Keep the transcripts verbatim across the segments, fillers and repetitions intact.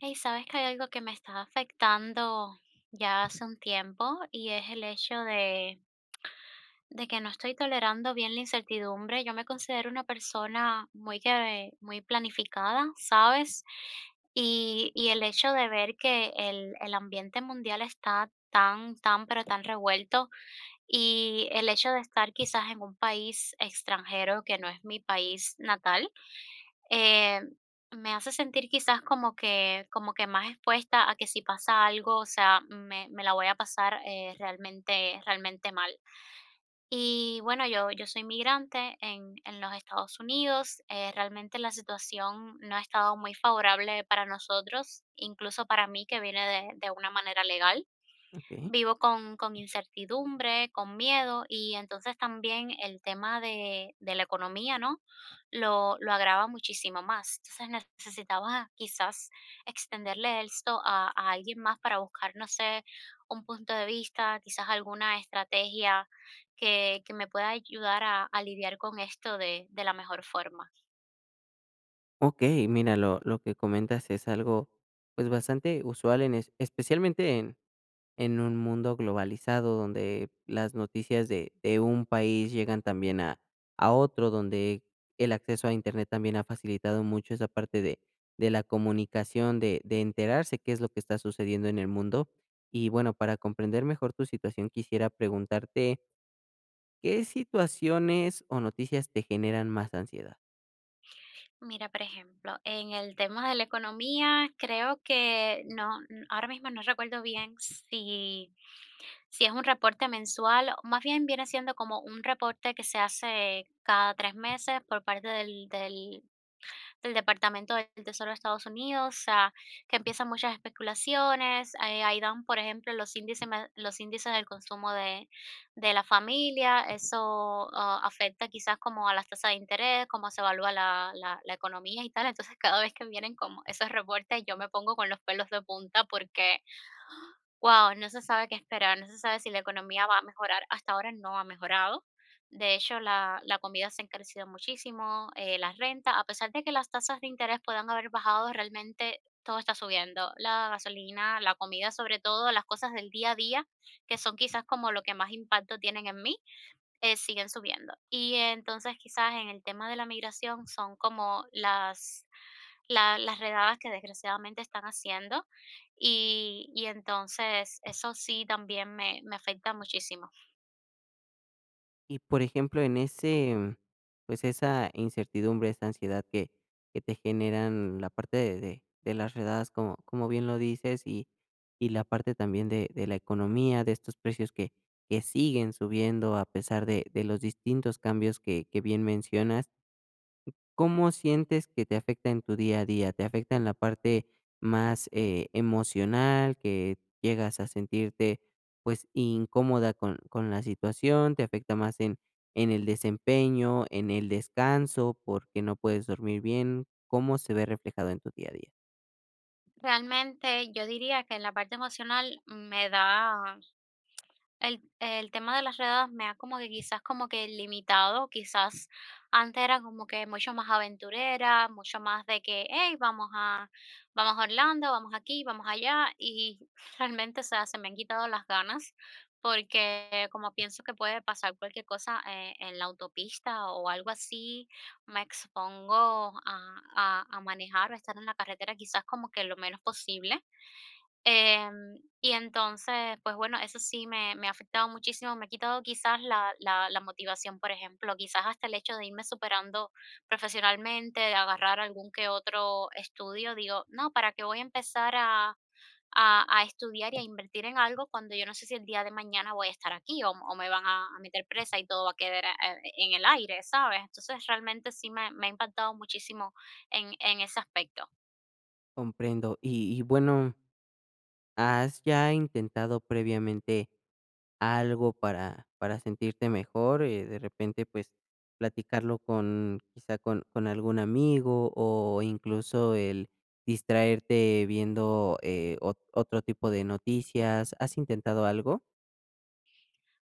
Hey, sabes que hay algo que me está afectando ya hace un tiempo y es el hecho de, de que no estoy tolerando bien la incertidumbre. Yo me considero una persona muy que, muy planificada, ¿sabes? Y, y el hecho de ver que el, el ambiente mundial está tan, tan, pero tan revuelto, y el hecho de estar quizás en un país extranjero que no es mi país natal, eh, me hace sentir quizás como que, como que más expuesta a que si pasa algo, o sea, me, me la voy a pasar eh, realmente, realmente mal. Y bueno, yo, yo soy migrante en, en los Estados Unidos. Eh, realmente la situación no ha estado muy favorable para nosotros, incluso para mí que viene de de una manera legal. Okay, Vivo con con incertidumbre, con miedo, y entonces también el tema de de la economía, ¿no? Lo lo agrava muchísimo más. Entonces, necesitaba quizás extenderle esto a a alguien más para buscar, no sé, un punto de vista, quizás alguna estrategia que que me pueda ayudar a a lidiar con esto de de la mejor forma. okey, mira, lo lo que comentas es algo, pues, bastante usual en es especialmente en en un mundo globalizado, donde las noticias de de un país llegan también a a otro, donde el acceso a Internet también ha facilitado mucho esa parte de de la comunicación, de de enterarse qué es lo que está sucediendo en el mundo. Y bueno, para comprender mejor tu situación, quisiera preguntarte, ¿qué situaciones o noticias te generan más ansiedad? Mira, por ejemplo, en el tema de la economía, creo que no, n- ahora mismo no recuerdo bien si, si es un reporte mensual, o más bien viene siendo como un reporte que se hace cada tres meses por parte del, del, del Departamento del Tesoro de Estados Unidos. O sea, que empiezan muchas especulaciones, eh, ahí dan, por ejemplo, los índices, me- los índices del consumo de, de la familia. Eso, ah, afecta quizás como a las tasas de interés, cómo se evalúa la, la, la economía y tal. Entonces cada vez que vienen como esos reportes yo me pongo con los pelos de punta porque, wow, no se sabe qué esperar, no se sabe si la economía va a mejorar. Hasta ahora no ha mejorado. De hecho, la la comida se ha encarecido muchísimo, eh, la renta, a pesar de que las tasas de interés puedan haber bajado, realmente todo está subiendo. La gasolina, la comida, sobre todo las cosas del día a día, que son quizás como lo que más impacto tienen en mí. Eh, siguen subiendo. Y entonces quizás en el tema de la migración son como las, la- las redadas que desgraciadamente están haciendo, y, y entonces eso sí también me, me afecta muchísimo. Y por ejemplo, en ese, pues esa incertidumbre, esa ansiedad que, que te generan la parte de, de- de las redadas, como, como bien lo dices, y, y la parte también de, de la economía, de estos precios que, que siguen subiendo a pesar de, de los distintos cambios que, que bien mencionas, ¿cómo sientes que te afecta en tu día a día? ¿Te afecta en la parte más, eh, emocional, que llegas a sentirte, pues, incómoda con con la situación? ¿Te afecta más en en el desempeño, en el descanso, porque no puedes dormir bien? ¿Cómo se ve reflejado en tu día a día? Realmente yo diría que en la parte emocional me da. El, el tema de las redadas me ha como que quizás como que limitado. Quizás antes era como que mucho más aventurera, mucho más de que, hey, vamos a, vamos a Orlando, vamos aquí, vamos allá, y realmente, o sea, se me han quitado las ganas, porque como pienso que puede pasar cualquier cosa eh, en la autopista o algo así, me expongo a, a, a manejar o estar en la carretera quizás como que lo menos posible. Em, y entonces, pues bueno, eso sí me, me ha afectado muchísimo, me ha quitado quizás la, la, la motivación. Por ejemplo, quizás hasta el hecho de irme superando profesionalmente, de agarrar algún que otro estudio. Digo, no, ¿para qué voy a empezar a, a, a estudiar y a invertir en algo cuando yo no sé si el día de mañana voy a estar aquí, o, o me van a, a meter presa y todo va a quedar eh, en el aire, ¿sabes? Entonces, realmente sí me, me ha impactado muchísimo en, en ese aspecto. Comprendo. Y y bueno, ¿has ya intentado previamente algo para para sentirte mejor, eh, de repente, pues, platicarlo con, quizá, con con algún amigo, o incluso el distraerte viendo, eh, ot otro tipo de noticias, ¿has intentado algo?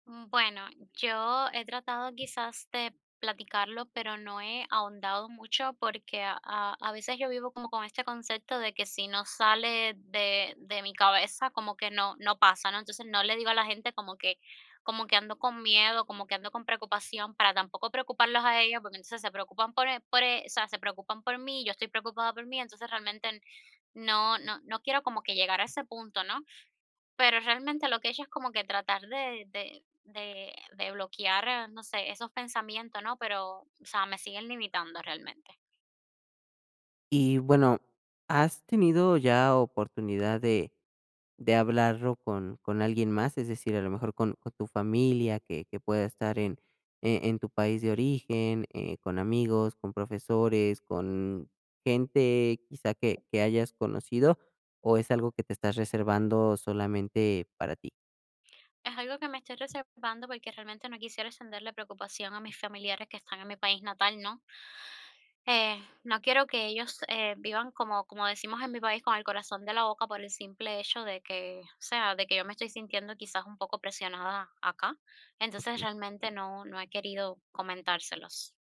Mm. Bueno, yo he tratado quizás de platicarlo, pero no he ahondado mucho porque a, a- a veces yo vivo como con este concepto de que si no sale de, de mi cabeza, como que no, no pasa, ¿no? Entonces no le digo a la gente como que, como que ando con miedo, como que ando con preocupación, para tampoco preocuparlos a ellos, porque entonces se preocupan por, e- por, e- o sea, se preocupan por mí, yo estoy preocupada por mí. Entonces realmente no, no, no quiero como que llegar a ese punto, ¿no? Pero realmente lo que he hecho es como que tratar de, de, de, de bloquear, eh, no sé, esos pensamientos, ¿no? Pero, o sea, me siguen limitando realmente. Y bueno, ¿has tenido ya oportunidad de, de hablarlo con, con alguien más? Es decir, a lo mejor con, con tu familia que, que pueda estar en, en, en tu país de origen, eh, con amigos, con profesores, con gente quizá que, que hayas conocido, o es algo que te estás reservando solamente para ti? Es algo que me estoy reservando porque realmente no quisiera extenderle preocupación a mis familiares que están en mi país natal, ¿no? Eh, no quiero que ellos, eh, vivan como, como decimos en mi país, con el corazón de la boca por el simple hecho de que, o sea, de que yo me estoy sintiendo quizás un poco presionada acá. Entonces, realmente no no he querido comentárselos.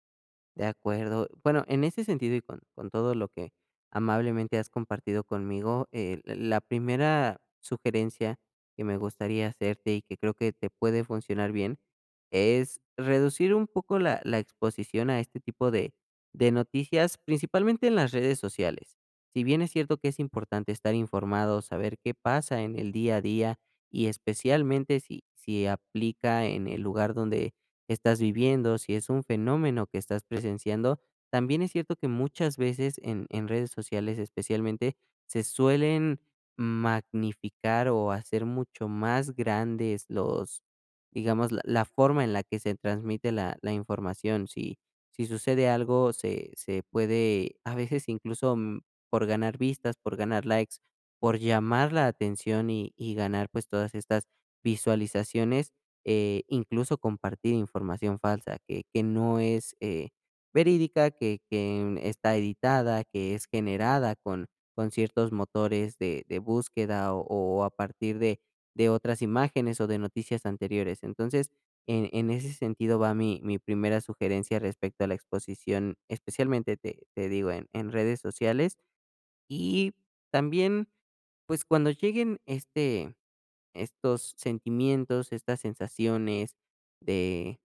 De acuerdo. Bueno, en ese sentido y con, con todo lo que amablemente has compartido conmigo, eh, la la primera sugerencia que me gustaría hacerte y que creo que te puede funcionar bien es reducir un poco la, la exposición a este tipo de, de noticias, principalmente en las redes sociales. Si bien es cierto que es importante estar informado, saber qué pasa en el día a día y especialmente si, si aplica en el lugar donde estás viviendo, si es un fenómeno que estás presenciando. También es cierto que muchas veces en, en redes sociales especialmente se suelen magnificar o hacer mucho más grandes los, digamos, la, la forma en la que se transmite la, la información. Si, si sucede algo, se, se puede a veces incluso mm, por ganar vistas, por ganar likes, por llamar la atención y, y ganar pues todas estas visualizaciones eh, incluso compartir información falsa que, que no es eh, verídica, que, que está editada, que es generada con, con ciertos motores de, de búsqueda o, o a partir de, de otras imágenes o de noticias anteriores. Entonces, en, en ese sentido va mi, mi primera sugerencia respecto a la exposición, especialmente te, te digo, en, en redes sociales. Y también, pues cuando lleguen este, estos sentimientos, estas sensaciones de,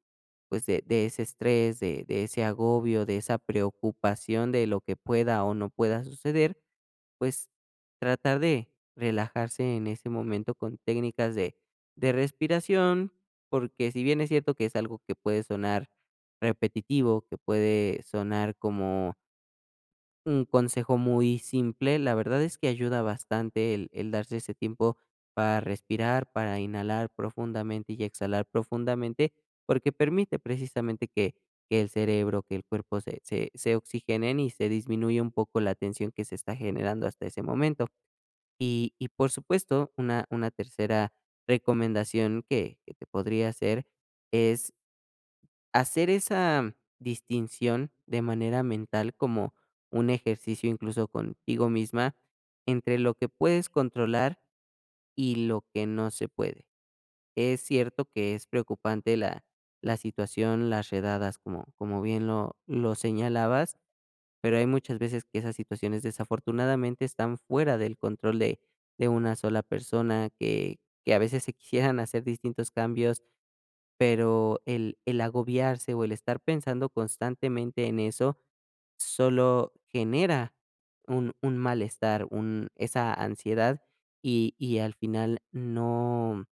pues, de de ese estrés, de de ese agobio, de esa preocupación de lo que pueda o no pueda suceder, pues, tratar de relajarse en ese momento con técnicas de de respiración, porque si bien es cierto que es algo que puede sonar repetitivo, que puede sonar como un consejo muy simple, la verdad es que ayuda bastante el, el darse ese tiempo para respirar, para inhalar profundamente y exhalar profundamente, porque permite precisamente que, que el cerebro, que el cuerpo se, se, se oxigenen y se disminuye un poco la tensión que se está generando hasta ese momento. Y, y por supuesto, una, una tercera recomendación que, que te podría hacer es hacer esa distinción de manera mental como un ejercicio incluso contigo misma entre lo que puedes controlar y lo que no se puede. Es cierto que es preocupante la, la situación, las redadas, como, como bien lo, lo señalabas, pero hay muchas veces que esas situaciones desafortunadamente están fuera del control de, de una sola persona, que, que a veces se quisieran hacer distintos cambios pero el el agobiarse o el estar pensando constantemente en eso solo genera un un malestar, un esa ansiedad y y al final no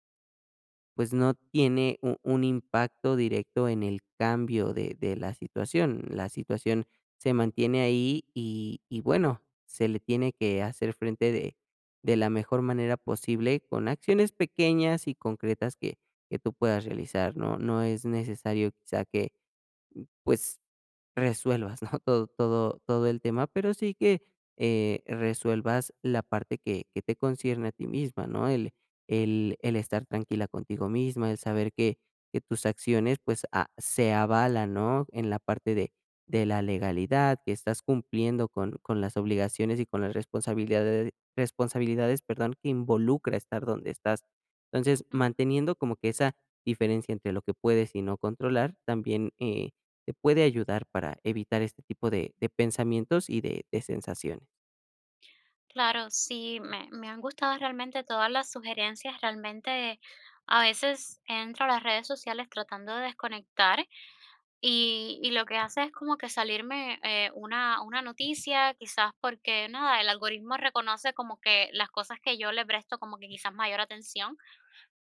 pues no tiene u- un impacto directo en el cambio de, de la situación. La situación se mantiene ahí y, y bueno, se le tiene que hacer frente de, de la mejor manera posible con acciones pequeñas y concretas que, que tú puedas realizar, ¿no? No es necesario quizá que pues resuelvas, ¿no? Todo, todo, todo el tema, pero sí que eh, resuelvas la parte que, que te concierne a ti misma, ¿no? El, el, el estar tranquila contigo misma, el saber que, que tus acciones pues a- se avalan, ¿no? En la parte de, de la legalidad, que estás cumpliendo con, con las obligaciones y con las responsabilidades, responsabilidades, perdón, que involucra estar donde estás. Entonces, Mm, manteniendo como que esa diferencia entre lo que puedes y no controlar, también eh, te puede ayudar para evitar este tipo de de pensamientos y de de sensaciones. claro, sí, me me han gustado realmente todas las sugerencias. Realmente, a veces entro a las redes sociales tratando de desconectar, Y y lo que hace es como que salirme, eh, una una noticia, quizás porque, nada, el algoritmo reconoce como que las cosas que yo le presto como que quizás mayor atención,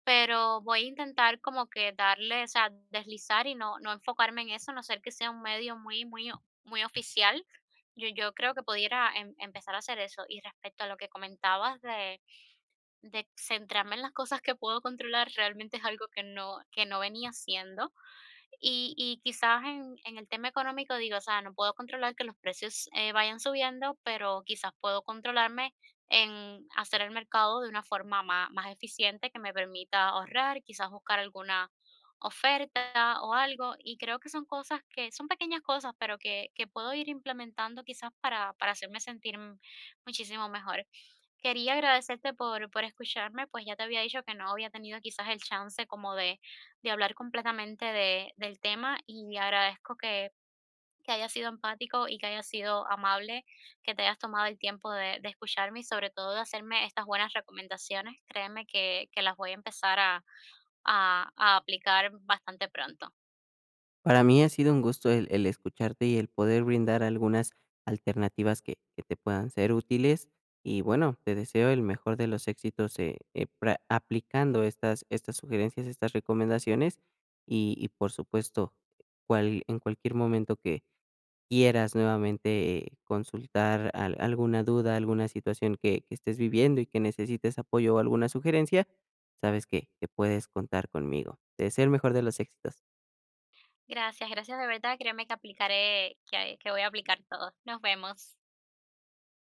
pero voy a intentar como que darle, o sea, deslizar y no, no enfocarme en eso, a no ser que sea un medio muy muy o muy oficial. Yo yo creo que pudiera em empezar a hacer eso. Y respecto a lo que comentabas de de centrarme en las cosas que puedo controlar, realmente es algo que no que no venía haciendo. Y y quizás en en el tema económico, digo, o sea, no puedo controlar que los precios, eh, vayan subiendo, pero quizás puedo controlarme en hacer el mercado de una forma má más eficiente que me permita ahorrar, quizás buscar alguna oferta o algo. Y creo que son cosas que son pequeñas cosas, pero que que puedo ir implementando quizás para para hacerme sentir m- muchísimo mejor. Quería agradecerte por por escucharme, pues ya te había dicho que no había tenido quizás el chance como de de hablar completamente de del tema. Y agradezco que que hayas sido empático y que hayas sido amable, que te hayas tomado el tiempo de de escucharme y sobre todo de hacerme estas buenas recomendaciones. Créeme que que las voy a empezar a a a aplicar bastante pronto. Para mí ha sido un gusto el el escucharte y el poder brindar algunas alternativas que que te puedan ser útiles y, bueno, te deseo el mejor de los éxitos, eh eh, pra aplicando estas estas sugerencias, estas recomendaciones y y, por supuesto, cual en cualquier momento que quieras nuevamente eh, consultar al- alguna duda, alguna situación que, que estés viviendo y que necesites apoyo o alguna sugerencia, sabes que, que puedes contar conmigo. Te deseo el mejor de los éxitos. Gracias, gracias de verdad, créeme que aplicaré que que voy a aplicar todo. Nos vemos.